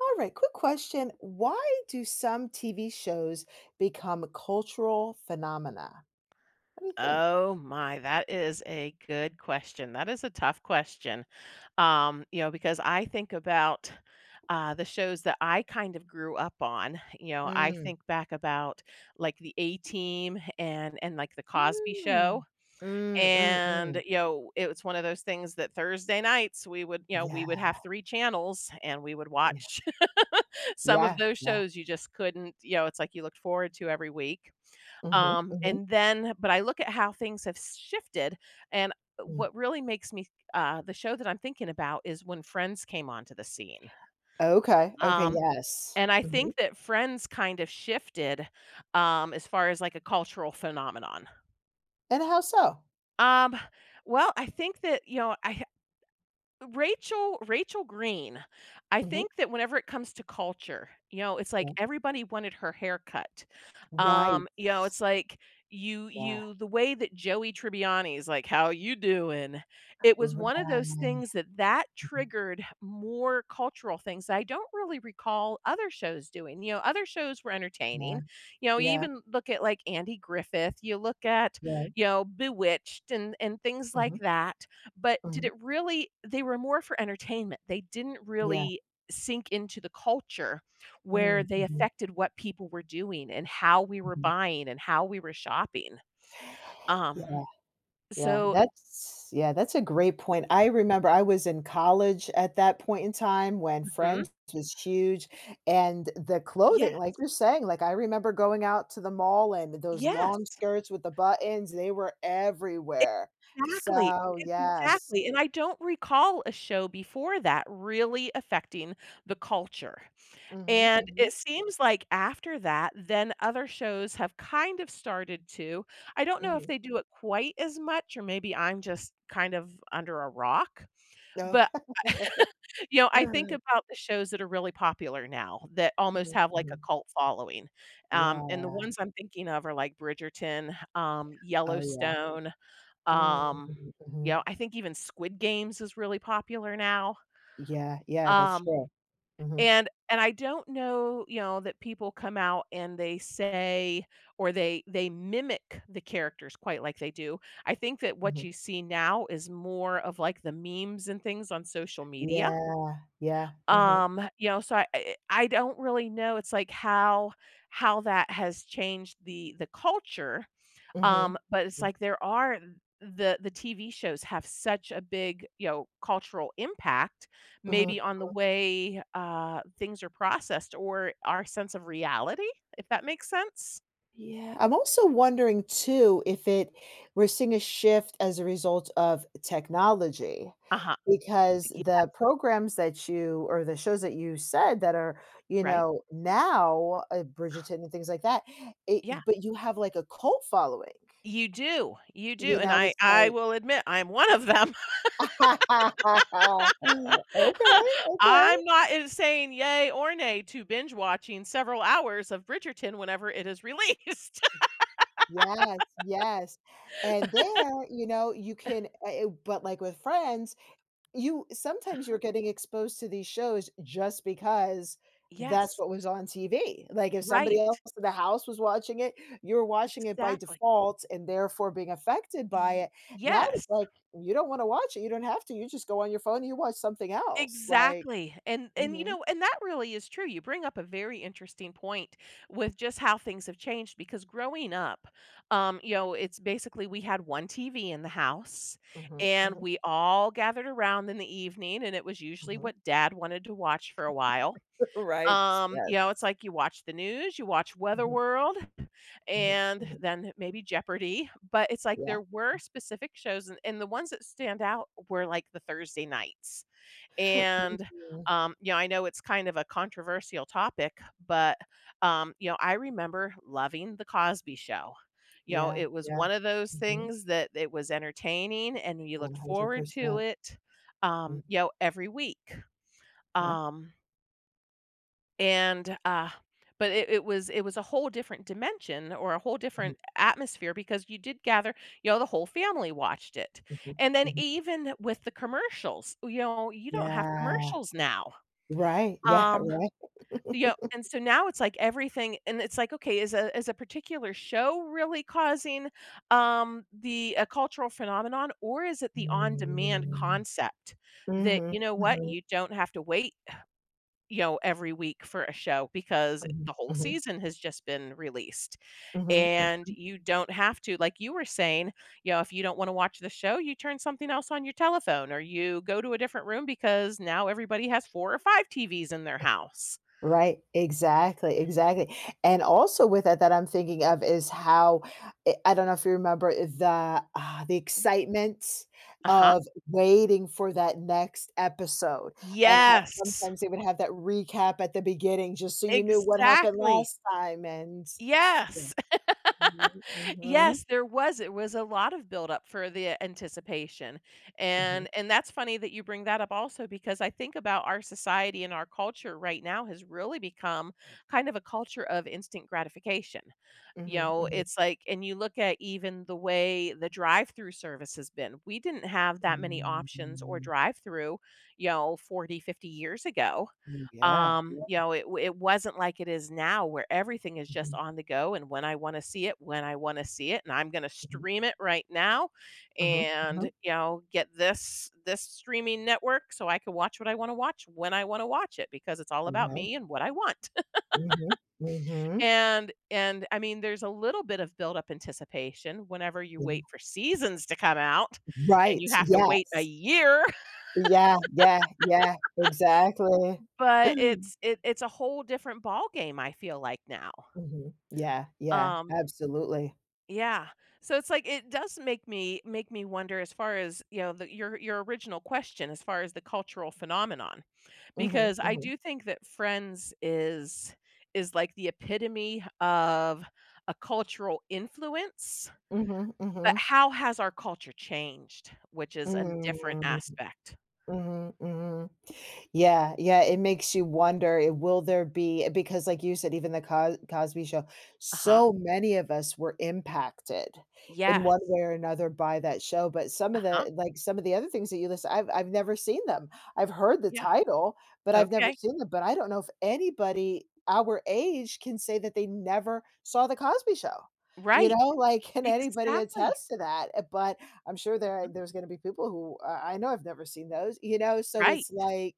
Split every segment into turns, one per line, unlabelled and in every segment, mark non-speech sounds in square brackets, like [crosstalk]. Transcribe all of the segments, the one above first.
All right, quick question. Why do some TV shows become cultural phenomena? What do you think?
Oh my, that is a good question. That is a tough question. You know, because I think about the shows that I kind of grew up on. You know, I
Mm.
think back about like the A Team and like the Cosby Show.
Mm. Mm, mm,
And
mm.
you know, it was one of those things that Thursday nights we would
Yeah,
have three channels and we would
yeah,
watch. [laughs] Some of
yeah,
those
yeah.
shows you just couldn't, it's like you looked forward to every week.
Hmm,
Um,
hmm.
and then but I look at how things have shifted, and
Mm.
what really makes me the show that I'm thinking about is when Friends came onto the scene.
Okay, okay,
Um,
yes.
and I
Hmm.
think that Friends kind of shifted, as far as, like, a cultural phenomenon.
And how so?
Um, well, I think that, you know, I Rachel Rachel Green, I
Hmm.
think that whenever it comes to culture, you know, it's like
Yeah.
everybody wanted her haircut.
Right.
You know, it's like you
Yeah.
you the way that Joey Tribbiani is like, "How you doing?" It was one of those
Right.
things that
Mhm.
triggered more cultural things that I don't really recall other shows doing. You know, other shows were
Yeah.
entertaining. You know, you
Yeah.
even look at like Andy Griffith, you look at,
Right.
Bewitched and things
Hmm,
like that. But did
hmm.
it really they were more for entertainment. They didn't
Yeah.
really sink into the culture where they
Mm-hmm.
affected what people were doing and how we were
Hmm.
buying and how we were shopping. Um,
Yeah,
so
that's a great point. I remember I was in college at that point in time when
Mhm.
Friends was huge, and the clothing,
Yes.
like you're saying, like, I remember going out to the mall and those long
Yes.
skirts with the buttons, they were everywhere.
Exactly.
So, yes.
Exactly. And I don't recall a show before that really affecting the culture.
Mhm,
And
mhm,
it seems like after that, then other shows have kind of started to. I don't know if
mhm.
they do it quite as much, or maybe I'm just kind of under a rock. But,
Okay.
you know, I think
[laughs]
about the shows that are really popular now that
Mhm,
almost
mhm,
have like a
mhm.
cult following.
Yeah,
And the ones I'm thinking of are like Bridgerton,
oh, yeah.
Yellowstone.
Mm,
Um, you
mhm.
know, I think even Squid Games is really popular now.
Yeah, yeah, that's
Um
true. Mhm,
and I don't know, you know, that people come out and they say or they mimic the characters quite like they do. I think that what
mhm.
you see now is more of, like, the memes and things on social media.
Yeah, yeah, mhm,
You know, so I don't really know, it's like how that has changed the culture,
mhm.
but it's like there are the TV shows have such a big, you know, cultural impact
Mhm,
maybe on the
mhm.
way, things are processed or our sense of reality, if that makes sense?
Yeah, I'm also wondering too if it we're seeing a shift as a result of technology,
Uh-huh.
because
Yeah,
the programs that you or the shows that you said that are,
right?
Bridgerton and things like that, it
Yeah.
but you have, like, a cult following,
You
you
do, and
know,
I
it's
I
like
will admit I'm one of them.
[laughs]
[laughs]
Okay, okay.
I'm not in saying yay or nay to binge watching several hours of Bridgerton whenever it is released.
Yes, yes, and there, you know, you can,
[laughs]
but, like, with Friends. You sometimes you're
Uh-huh.
getting exposed to these shows just because that's
Yes.
what was on TV. Like, if somebody
Right.
else in the house was watching it, you're watching it by
Exactly.
default and therefore being affected by
Ye
it. Now it's
yes,
like, you don't wanna watch it, you don't have to, you just go on your phone and you watch something else, like
exactly, and and, you
Mhm,
know, and that really is true, you bring up a very interesting point with just how things have changed because growing up, you know, it's basically we had one TV in the house,
mhm,
and
mhm,
we all gathered around in the evening, and it was usually
mhm.
what dad wanted to watch for a while.
[laughs] Right, yes.
You know, it's like you watch the news, you watch Weather
Mhm,
World, [laughs]
mhm,
and
mhm,
then maybe Jeopardy, but it's like
yeah.
there were specific shows, and the ones that stand out were, like, the Thursday nights, and,
Mhm.
you know, I know it's kind of a controversial topic, but, you know, I remember loving The Cosby Show. You know,
Yeah,
it was
yeah,
one of those
mhm,
things that it was entertaining, and you looked forward to
100%.
it,
Mhm,
you know, every week.
yeah,
Um, and but it was a whole different dimension or a whole
mhm,
different atmosphere because you did gather, the whole family watched it.
mhm,
And then
mhm.
even with the commercials, you know, you don't have
Yeah.
commercials now.
Right. Yeah,
Um,
right.
you know, and so now it's like everything and it's like, okay, is a particular show really causing, the a cultural phenomenon, or is it the on-demand
Mm.
concept that,
Mhm,
you know what,
mhm,
you don't have to wait, every week for a show because
mhm,
the whole
mhm,
season has just been released.
mhm, mm.
And you don't have to, like you were saying, you know, if you don't want to watch the show, you turn something else on your telephone or you go to a different room because now everybody has four or five TVs in their house.
Right. Exactly, exactly. And also with that I'm thinking of is how I don't know if you remember the
uh
excitement
Uh-huh.
of waiting for that next episode and how
Yes.
sometimes they would have that recap at the beginning just so you knew what happened
Exactly.
last time and Yeah.
Yes.
Mhm, mhm,
Yes, there was. It was a lot of buildup for the anticipation.
mhm,
And that's funny that you bring that up also because I think about our society and our culture right now has really become kind of a culture of instant gratification. You
mhm,
know,
mhm.
it's like and you look at even the way the drive-through service has been. We didn't have that many options or
Mm.
drive-through, you know, 40, 50 years ago.
Mm, yeah. Yeah.
You know, it wasn't like it is now where everything is just
Mhm,
on the go and when I wanna see it, when I wanna see it, and I'm gonna
mhm.
stream it right now
Mhm,
and,
mhm.
you know, get this this streaming network so I can watch what I wanna watch when I wanna watch it because it's all about
Right.
me and what I want. [laughs]
Mhm, mhm.
And I mean, there's a little bit of built-up anticipation whenever you
Yeah.
wait for seasons to come out and you
Right,
have to wait a
yes.
year, [laughs]
Yeah, yeah, yeah, exactly.
but it's
[clears throat]
it it's a whole different ball game. I feel like now.
Mhm. Yeah, yeah,
Um
absolutely.
Yeah. So it's like it does make me wonder as far as, you know, the, your original question as far as the cultural phenomenon
Mhm,
because I
mhm.
do think that Friends is like the epitome of a cultural influence,
Mhm,
but
mhm.
how has our culture changed, which is a different
Mm.
aspect.
Mhm, mhm. Yeah, yeah, it makes you wonder, it will there be because like you said, even the Cosby Show,
Uh-huh.
so many of us were impacted in one
Yes.
way or another by that show, but some of
Uh-huh.
the like, some of the other things that you list I've never seen them. I've heard the
Yeah.
title, but I've never
Okay.
seen them, but I don't know if anybody our age can say that they never saw the Cosby Show. You
Right.
know, like, can anybody
Exactly.
attest to that? But I'm sure
Mhm.
there's gonna be people who, I know I've never seen those, you know, so it's
Right.
like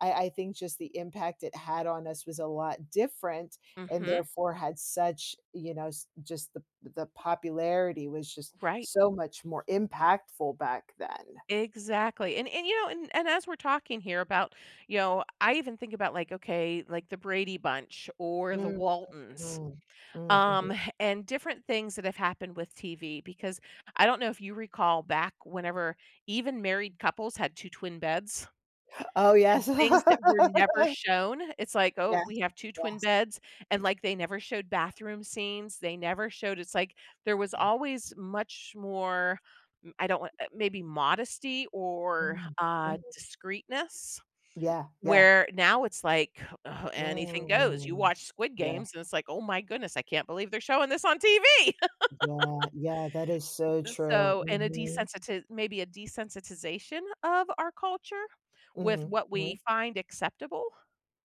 I think just the impact it had on us was a lot different and
Mhm.
therefore had such, you know, s just the popularity was just
Right.
so much more impactful back then.
Exactly. And you know, and as we're talking here about, you know, I even think about like, okay, like the Brady Bunch or the
Mm,
Waltons,
mm, mm, mhm.
um, and different things that have happened with TV because I don't know if you recall back whenever even married couples had two twin beds
Oh,
and
yes.
things that were
[laughs]
never shown. It's like, "Oh,
Yes,
we have two twin
yes,
beds," and, like, they never showed bathroom scenes, they never showed it's like there was
yeah.
always much more m I don't want maybe modesty or,
Mm, mhm.
discreetness,
Yeah, yeah.
where now it's like, anything goes. You
Mm.
watch Squid
Yeah,
Games, and it's like, "Oh my goodness, I can't believe they're showing this on TV." [laughs]
yeah, yeah, that is so true.
So and a
Mhm,
desensitiz maybe a desensitization of our culture with
mhm,
what we
mhm.
find acceptable.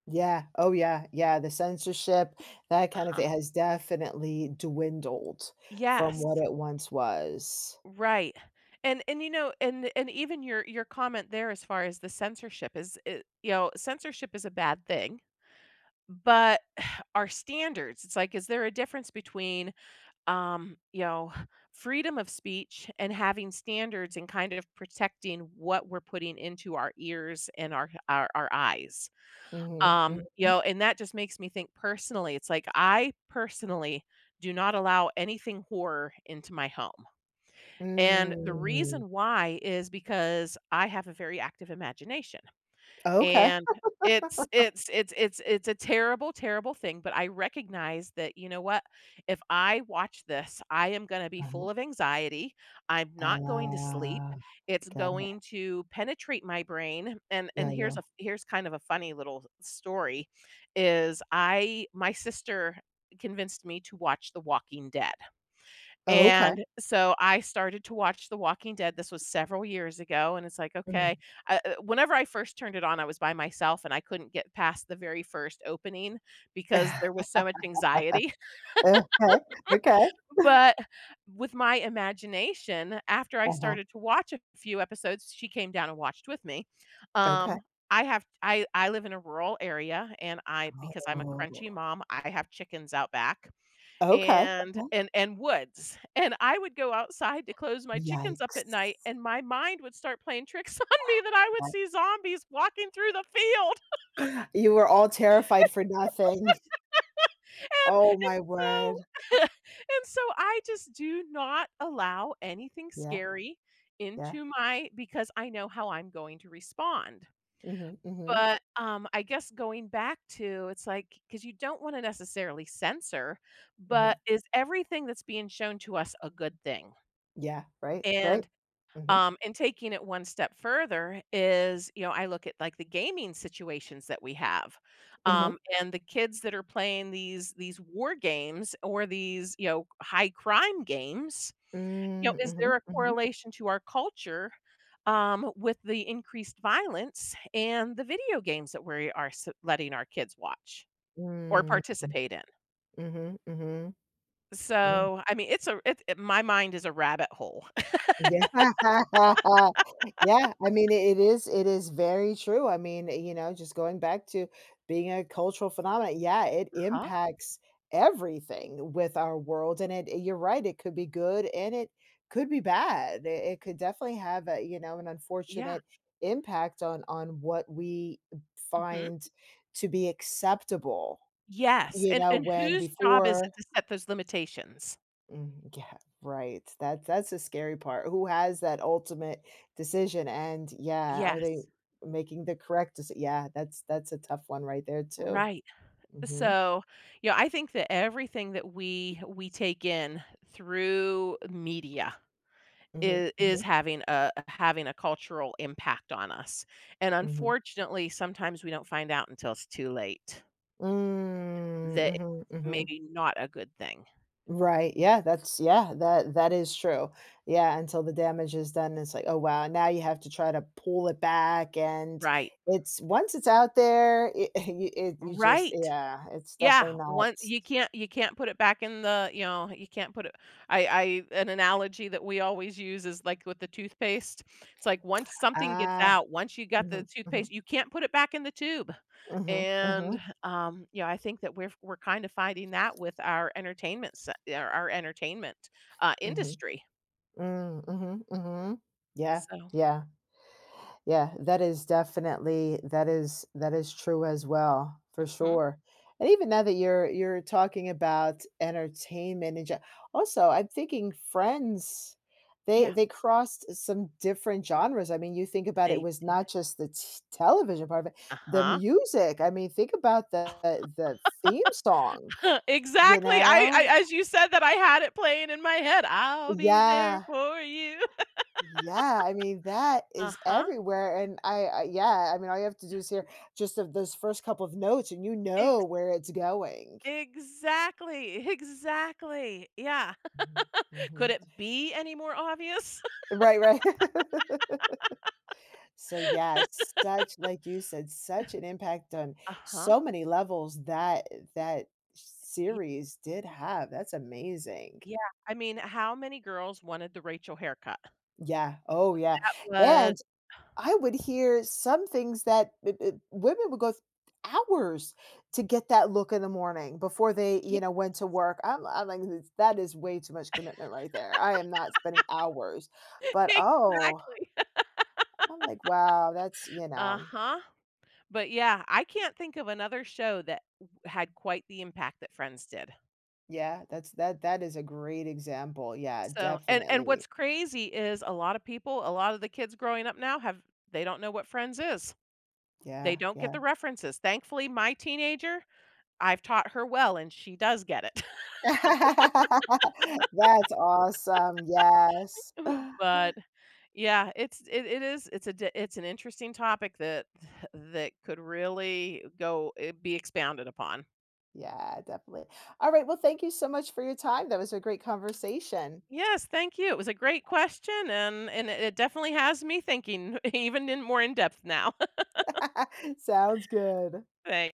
Yeah. Oh, yeah. Yeah, the censorship, that kind of
Uh-huh.
thing, has definitely dwindled from
Yes,
what it once was.
right. And you know, and even your comment there as far as the censorship is it, you know, censorship is a bad thing, but [sighs] our standards, it's like is there a difference between you know, freedom of speech and having standards and kind of protecting what we're putting into our ears and our eyes.
Mhm, mhm.
You know, and that just makes me think personally, it's like I personally do not allow anything horror into my home. And the
Mm.
reason why is because I have a very active imagination,
Okay.
and it's a terrible, terrible thing, but I recognize that, you know what? If I watch this, I am gonna be
Uh-huh.
full of anxiety, I'm not going to sleep,
Ah,
it's
got it.
going to penetrate my brain, and and
Yeah, yeah.
here's a here's kind of a funny little story, is I my sister convinced me to watch The Walking Dead.
Oh, okay.
And so I started to watch The Walking Dead. This was several years ago, and it's like,
Mm.
okay. Whenever I first turned it on, I was by myself and I couldn't get past the very first opening because there was
[sighs]
so much anxiety. [laughs]
Okay, okay.
But with my imagination, after I
Uh-huh.
started to watch a few episodes, she came down and watched with me.
Okay.
Um, I have I live in a rural area and I because I'm a
Oh.
crunchy mom, I have chickens out back
Okay,
and
okay.
and woods, and I would go outside to close my chickens up
Yikes.
at night, and my mind would start playing tricks [laughs] on me that I would
Yikes.
see zombies walking through the field,
[laughs] You were all terrified for nothing.
[laughs] and
Oh
and
my word.
so [laughs] and so I just do not allow anything
Yeah,
scary
yeah.
into my because I know how I'm going to respond.
Mhm, mhm.
But, I guess going back to it's like because you don't wanna necessarily censor,
Mhm.
but is everything that's being shown to us a good thing?
Yeah, right, right.
And
Mhm,
And taking it one step further is, you know, I look at like the gaming situations that we have,
mhm.
and the kids that are playing these war games or these, you know, high crime games. You know,
Mm,
is there
mhm,
a
mhm.
correlation to our culture, with the increased violence and the video games that we are letting our kids watch or
Mm,
participate in?
mhm, mhm, mhm.
So, I mean, it's a it, it- my mind is a rabbit hole. [laughs]
Yeah. [laughs] Yeah, I mean, it is very true. I mean, you know, just going back to being a cultural phenomenon, yeah, it
Huh?
impacts everything with our world, and it you're right, it could be good and it could be bad. It could definitely have a, you know, an
Yeah.
unfortunate impact on what we
Mhm.
find to be acceptable,
Yes,
you know,
and
when
whose job is
before
it to set those limitations?
Mm, yeah, right. That's the scary part. Who has that ultimate decision? And yeah, are they
Yes,
making the correct deci Yeah, that's a tough one right there too.
right.
Mhm.
So, you know, I think that everything that we take in through media
Mhm.
is
Mhm.
having a cultural impact on us, and
Mhm.
unfortunately, sometimes we don't find out until it's too late
Mm,
that it's
mhm, mhm.
maybe not a good thing.
Right. Yeah, that that is true. Yeah, until the damage is done, it's like, "Oh wow, now you have to try to pull it back." And
Right.
it's once it's out there, it [laughs] you just
Right.
yeah, it's definitely
Yeah,
not
one you can't put it back in the, you know, you can't put it, I an analogy that we always use is like with the toothpaste. It's like once something gets
Ah,
out, once you got the
mhm, mhm.
toothpaste, you can't put it back in the tube.
Mhm,
And,
mhm,
yeah, I think that we're kind of fighting that with our entertainment,
mhm,
industry.
mm, mhm, mhm. Yeah,
So
yeah, yeah, that is definitely that is true as well, for
mhm,
sure. And even now that you're talking about entertainment and ge also, I'm thinking Friends,
yeah,
they crossed some different genres, I mean, you think about it
they
was
did.
not just the t television part of it, the
Uh-huh.
music, I mean, think about the theme song,
[laughs]
you
Exactly, I
know?
I as you said that, I had it playing in my head, "I'll be there
Yeah.
for you."
Yeah, I mean, that is
Uh-huh.
everywhere, and I yeah, I mean, all you have to do is hear just of those first couple of notes, and you know
Ex
where it's going.
exactly, [laughs] exactly, yeah.
Mhm,
[laughs] Could
mhm.
it be any more obvious? [laughs]
Right, right. [laughs] So, yeah, such like you said, such an impact on
Uh-huh.
so many levels that
Y
series did have. That's amazing.
yeah, I mean, how many girls wanted the Rachel haircut?
Yeah, oh, yeah,
That was
and I would hear some things that b b women would go th hours to get that look in the morning before they,
yeah,
you know, went to work. I'm like, "Th that is way too much commitment right there. I am not spending hours."
[laughs]
But, oh,
exactly. [laughs]
I'm like, "Wow, that's" you know,
Uh-huh. But, yeah, I can't think of another show that w had quite the impact that Friends did.
yeah, that's that is a great example. Yeah,
So and
definitely.
what's crazy is a lot of people, a lot of the kids growing up now have they don't know what Friends is. They
Yeah,
don't get
yeah.
the references. Thankfully, my teenager, I've taught her well, and she does get it. [laughs]
[laughs] That's awesome. Yes. [sighs]
But yeah, it's it, it is it's a di- it's an interesting topic that [sighs] that could really be expounded upon.
Yeah, definitely. Alright, well, thank you so much for your time. That was a great conversation.
Yes, thank you. It was a great question, and it definitely has me thinking [laughs] even in more in depth now. [laughs]
[laughs] Sounds good.
Thanks.